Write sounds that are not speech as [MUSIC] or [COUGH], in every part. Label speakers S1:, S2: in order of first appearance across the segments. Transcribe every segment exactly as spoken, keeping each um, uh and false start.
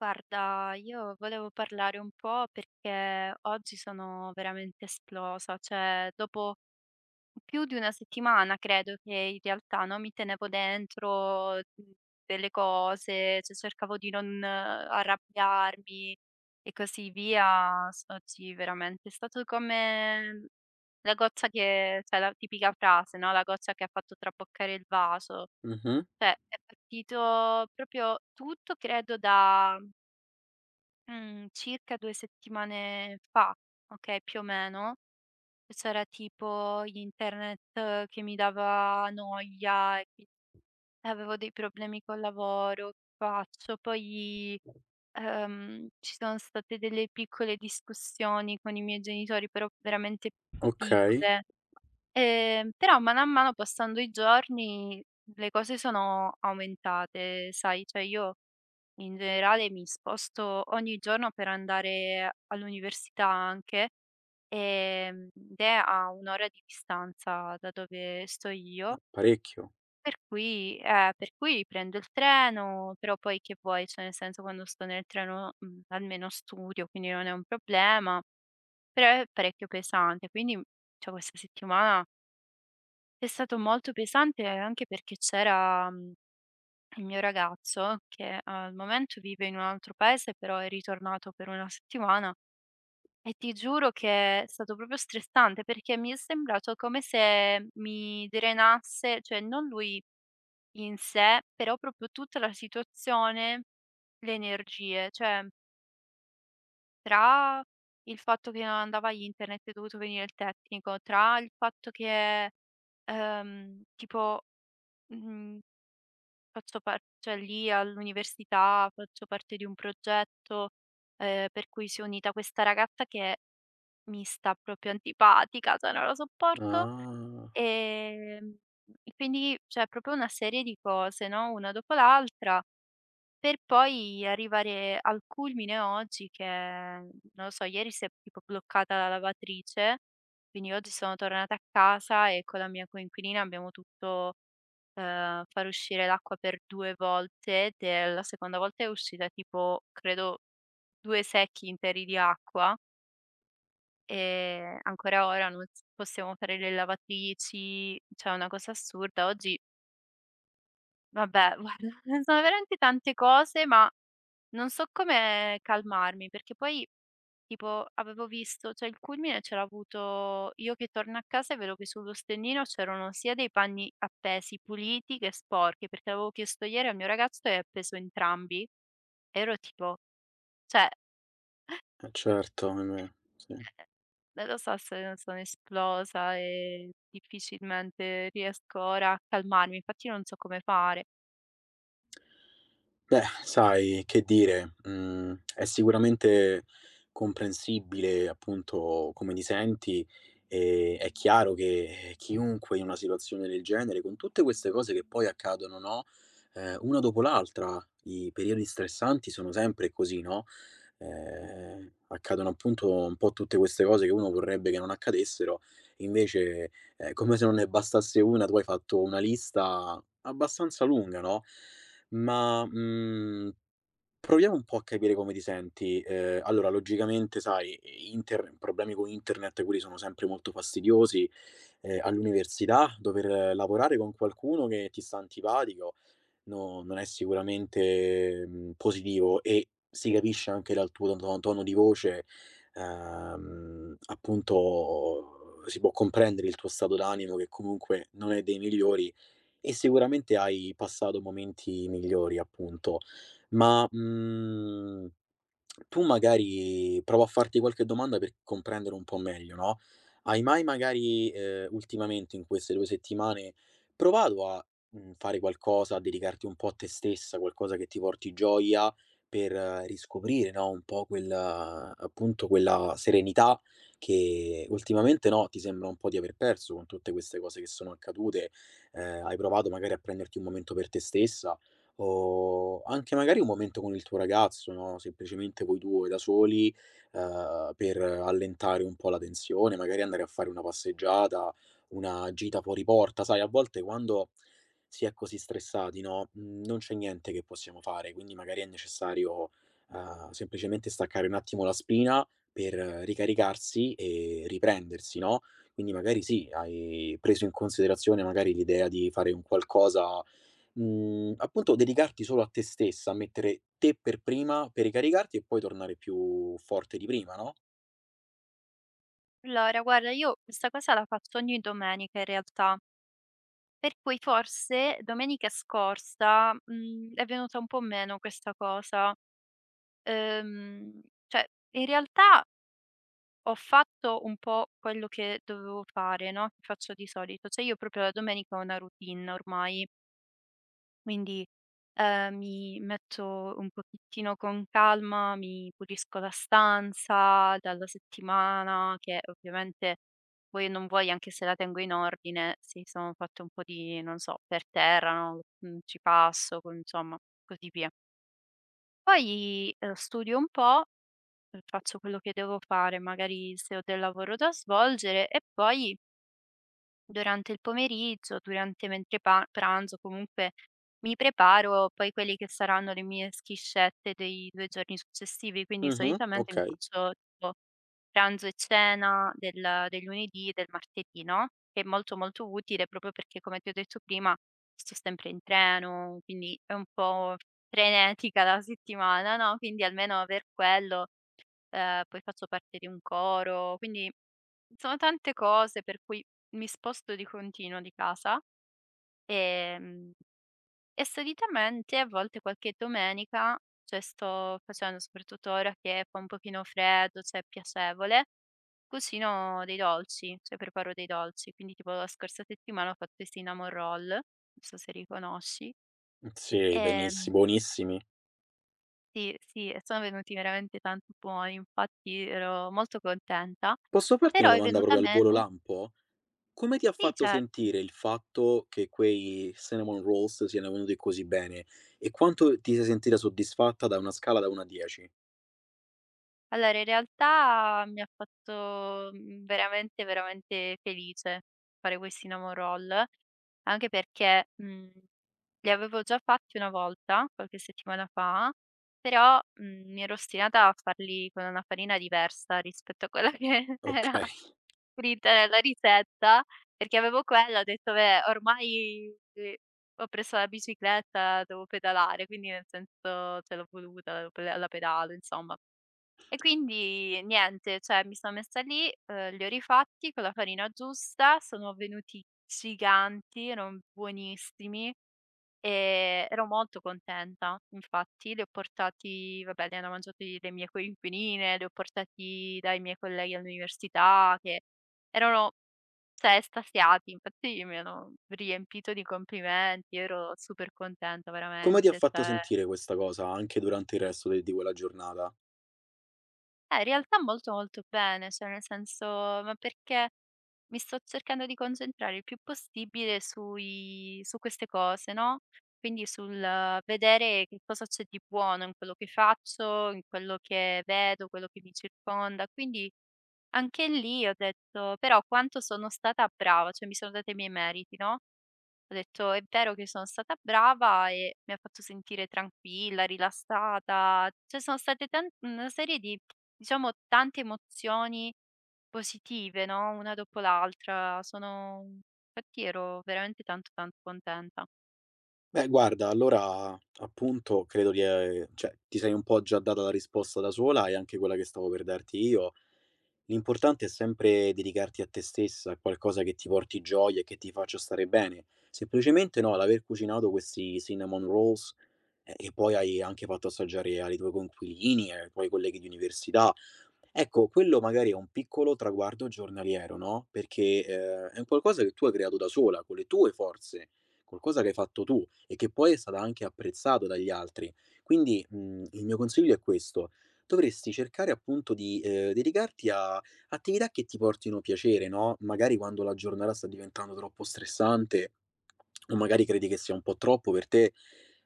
S1: Guarda, io volevo parlare un po' perché oggi sono veramente esplosa, cioè dopo più di una settimana credo che in realtà no, mi tenevo dentro mh, delle cose, cioè cercavo di non eh, arrabbiarmi e così via. S- Oggi veramente è stato come la goccia che, cioè la tipica frase, no? La goccia che ha fatto traboccare il vaso.
S2: Mh-mh,
S1: Cioè, è partito proprio tutto, credo, da Mhmm, circa due settimane fa, okay, più o meno. C'era tipo internet eh, che mi dava noia e quindi avevo dei problemi col lavoro, che faccio? Poi, ehm, ci sono state delle piccole discussioni con i miei genitori, però veramente
S2: okay,
S1: piccole. Ehm, però mano a mano passando i giorni le cose sono aumentate, sai, cioè io in generale mi sposto ogni giorno per andare all'università anche, ehm, ed è a un' ora di distanza da dove sto io,
S2: parecchio.
S1: per cui eh, per cui prendo il treno, però poi che vuoi, cioè nel senso quando sto nel treno, mhmm, almeno studio, quindi non è un problema, però è parecchio pesante. Quindi, mhmm, cioè questa settimana è stato molto pesante anche perché c'era, mhmm il mio ragazzo, che al momento vive in un altro paese, però è ritornato per una settimana e ti giuro che è stato proprio stressante perché mi è sembrato come se mi drenasse, cioè non lui in sé, però proprio tutta la situazione, le energie, cioè tra il fatto che non andava internet e è dovuto venire il tecnico, tra il fatto che ehm, tipo. mhmm, Faccio par cioè lì all'università faccio parte di un progetto, ehm, per cui si è unita questa ragazza che mi sta proprio antipatica, cioè non la sopporto,
S2: Ah,
S1: ehm, e quindi cioè proprio una serie di cose, no, una dopo l'altra, per poi arrivare al culmine oggi che, non lo so, ieri si è tipo bloccata la lavatrice, quindi oggi sono tornata a casa e con la mia coinquilina abbiamo tutto ehm, far uscire l'acqua per due volte, de la seconda volta è uscita tipo, credo due secchi interi di acqua, e ancora ora non s possiamo fare le lavatrici, cioè è una cosa assurda. Oggi vabbè [LAUGHS] guarda, sono veramente tante cose, ma non so come calmarmi, perché poi tipo avevo visto cioè il culmine ce l'ho avuto io che torno a casa e vedo che sullo stendino c'erano sia dei panni appesi puliti che sporchi, perché avevo chiesto ieri al mio ragazzo e ha appeso entrambi. E ero tipo cioè,
S2: eh certo, ahimè, sì.
S1: ehm, non lo so se non sono esplosa e difficilmente riesco ora a calmarmi, infatti non so come fare.
S2: Beh, sai che dire, mhmm, è sicuramente comprensibile appunto come ti senti. Ehm, è chiaro che chiunque in una situazione del genere, con tutte queste cose che poi accadono, no, ehm, una dopo l'altra, i periodi stressanti sono sempre così, no, ehm, accadono appunto un po' tutte queste cose che uno vorrebbe che non accadessero, invece è come se non ne bastasse una. Tu hai fatto una lista abbastanza lunga, no, ma, mhmm, proviamo un po' a capire come ti senti. Ehm, allora logicamente sai, i inter problemi con internet quelli sono sempre molto fastidiosi, ehm, all'università dover eh, lavorare con qualcuno che ti sta antipatico no, non è sicuramente, mhmm, positivo, e si capisce anche dal tuo tono tono di voce. Ehm, appunto si può comprendere il tuo stato d'animo, che comunque non è dei migliori, e sicuramente hai passato momenti migliori appunto. Ma, mhmm tu magari provo a farti qualche domanda per comprendere un po' meglio, no, hai mai magari, ehm, ultimamente in queste due settimane, provato a, mhmm, fare qualcosa, a dedicarti un po' a te stessa, qualcosa che ti porti gioia per eh, riscoprire, no, un po' quel appunto, quella serenità che ultimamente, no, ti sembra un po' di aver perso con tutte queste cose che sono accadute? Ehm, hai provato magari a prenderti un momento per te stessa? O anche magari un momento con il tuo ragazzo, no, semplicemente voi due da soli, ehm, per allentare un po' la tensione, magari andare a fare una passeggiata, una gita fuori porta. Sai, a volte quando si è così stressati, no, mhmm, non c'è niente che possiamo fare, quindi magari è necessario, ehm, semplicemente staccare un attimo la spina per eh, ricaricarsi e riprendersi, no, quindi magari sì, hai preso in considerazione magari l'idea di fare un qualcosa. Mhmm, appunto dedicarti solo a te stessa, a mettere te per prima, per ricaricarti e poi tornare più forte di prima, no?
S1: Allora guarda io questa cosa la faccio ogni domenica in realtà, per cui forse domenica scorsa, mhmm, è venuta un po' meno questa cosa. Ehm, cioè in realtà ho fatto un po' quello che dovevo fare, no, che faccio di solito. Cioè io proprio la domenica ho una routine ormai, quindi, ehm, mi metto un pochettino con calma, mi pulisco la stanza dalla settimana che ovviamente vuoi o non vuoi, anche se la tengo in ordine, si sono fatte un po' di, non so, per terra, no, mhmm, ci passo, con insomma, così via. Poi, ehm, studio un po'. Faccio quello che devo fare, magari se ho del lavoro da svolgere e poi durante il pomeriggio, durante mentre pa pranzo comunque mi preparo poi quelli che saranno le mie schiscette dei due giorni successivi, quindi
S2: Mh-mh,
S1: solitamente mi
S2: okay.
S1: faccio tipo pranzo e cena del del lunedì e del martedì, no, che è molto, molto utile proprio perché come ti ho detto prima sto sempre in treno, quindi è un po' frenetica la settimana, no, quindi almeno aver quello, ehm, poi faccio parte di un coro, quindi sono tante cose per cui mi sposto di continuo di casa, ehm, e solitamente a volte qualche domenica, cioè sto facendo soprattutto ora che fa un pochino freddo, cioè è piacevole, cucino dei dolci, cioè preparo dei dolci. Quindi tipo la scorsa settimana ho fatto i cinnamon roll, non so se li conosci.
S2: Sì, benissi
S1: Ehm,
S2: buonissimi.
S1: sì, sì, e sono venuti veramente tanto buoni, infatti ero molto contenta,
S2: Posso farti una
S1: però è
S2: domanda
S1: venuta
S2: proprio al volo
S1: meno
S2: lampo? Come ti ha
S1: sì,
S2: fatto
S1: certo.
S2: sentire il fatto che quei cinnamon rolls siano venuti così bene? E quanto ti sei sentita soddisfatta da una scala da uno a dieci?
S1: Allora in realtà mi ha fatto, mhmm, veramente, veramente felice fare questi Namo roll, anche perché, mhmm, li avevo già fatti una volta, qualche settimana fa, però, mhmm, mi ero ostinata a farli con una farina diversa rispetto a quella che [LAUGHS] era
S2: Okay.
S1: scritta nella ricetta, perché avevo quella, ho detto: "Beh, ormai, ehm, ho preso la bicicletta, devo pedalare", quindi nel senso, cioè l'ho voluta, la pe la pedalo, insomma. E quindi niente, cioè mi sono messa lì, uhm, li ho rifatti con la farina giusta, sono venuti giganti, erano buonissimi, ehm, ero molto contenta. Infatti li ho portati vabbè, li hanno mangiati le mie coinquiline, li ho portati dai miei colleghi all'università che erano cioè estasiati, infatti mi hanno riempito di complimenti, ero super contenta
S2: Come ti ha
S1: veramente,
S2: fatto
S1: cioè
S2: sentire questa cosa anche durante il resto de di quella giornata?
S1: eh, in realtà molto, molto bene, cioè nel senso ma perché mi sto cercando di concentrare il più possibile sui su queste cose, no, quindi sul eh, vedere che cosa c'è di buono in quello che faccio, in quello che vedo, quello che mi circonda. Quindi anche lì ho detto: "Però quanto sono stata brava", cioè mi sono data i miei meriti, no? Ho detto: "È vero che sono stata brava e mi ha fatto sentire tranquilla, rilassata". Cioè sono state tan una serie di, diciamo, tante emozioni positive, no, una dopo l'altra. Sono Infatti ero veramente tanto, tanto contenta.
S2: Beh, guarda, allora appunto credo di ehm, cioè ti sei un po' già data la risposta da sola, e anche quella che stavo per darti io. L'importante è sempre dedicarti a te stessa, a qualcosa che ti porti gioia e che ti faccia stare bene. Semplicemente, no, l'aver cucinato questi cinnamon rolls, ehm, che poi hai anche fatto assaggiare ai tuoi coinquilini, ai tuoi colleghi di università, ecco, quello magari è un piccolo traguardo giornaliero, no, perché, ehm, è un qualcosa che tu hai creato da sola, con le tue forze, qualcosa che hai fatto tu e che poi è stato anche apprezzato dagli altri. Quindi, mhmm, il mio consiglio è questo: dovresti cercare appunto di, ehm, dedicarti a attività che ti portino piacere, no, magari quando la giornata sta diventando troppo stressante o magari credi che sia un po' troppo per te,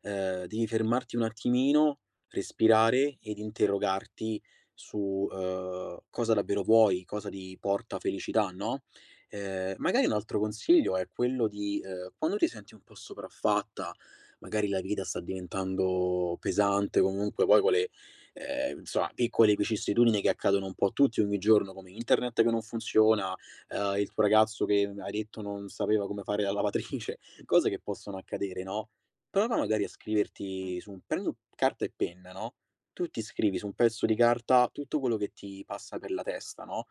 S2: ehm, devi fermarti un attimino, respirare ed interrogarti su, ehm, cosa davvero vuoi, cosa ti porta felicità, no, ehm, magari un altro consiglio è quello di, ehm, quando ti senti un po' sopraffatta, magari la vita sta diventando pesante, comunque poi con le, ehm, insomma piccole vicissitudini che accadono un po' a tutti ogni giorno, come internet che non funziona, ehm, il tuo ragazzo che hai detto non sapeva come fare la lavatrice, [LAUGHS] cose che possono accadere, no, prova magari a scriverti su un prendi carta e penna, no, tu ti scrivi su un pezzo di carta tutto quello che ti passa per la testa, no,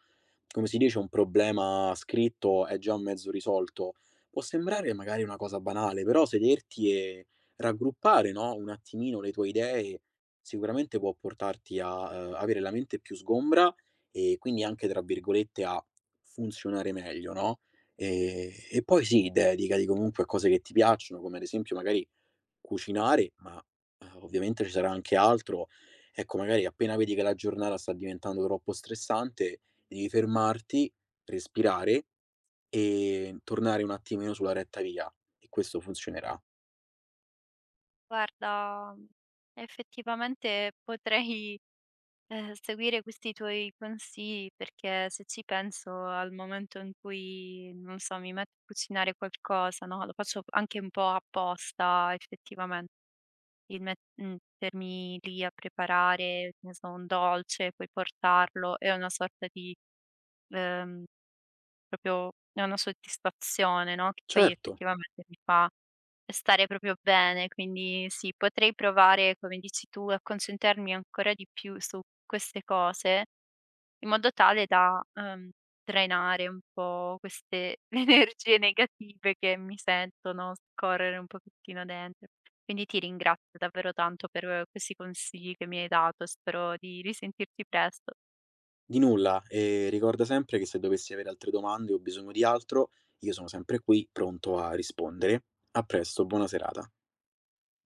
S2: come si dice, un problema scritto è già mezzo risolto. Può sembrare magari una cosa banale, però sederti e raggruppare, no, un attimino le tue idee sicuramente può portarti a, ehm, avere la mente più sgombra e quindi anche, tra virgolette, a "funzionare" meglio, no, ehm, e poi sì, dedicati comunque a cose che ti piacciono, come ad esempio magari cucinare, ma, uhm, ovviamente ci sarà anche altro. Ecco, magari appena vedi che la giornata sta diventando troppo stressante, devi fermarti, respirare e tornare un attimino sulla retta via, e questo funzionerà.
S1: Guarda, effettivamente potrei Ehm, seguire questi tuoi consigli, perché se ci penso al momento in cui, non so, mi metto a cucinare qualcosa, no, lo faccio anche un po' apposta effettivamente, il met mm, mettermi lì a preparare, che ne so, un dolce, poi portarlo, è una sorta di ehm proprio è una soddisfazione, no, che poi
S2: Certo,
S1: effettivamente mi fa stare proprio bene, quindi sì, potrei provare, come dici tu, a concentrarmi ancora di più su queste cose, in modo tale da, uhm, drenare un po' queste [LAUGHS] energie negative che mi sentono scorrere un pochettino dentro. Quindi ti ringrazio davvero tanto per eh, questi consigli che mi hai dato, spero di risentirti presto.
S2: di nulla, e ricorda sempre che se dovessi avere altre domande o bisogno di altro, io sono sempre qui pronto a rispondere. A presto, buona serata.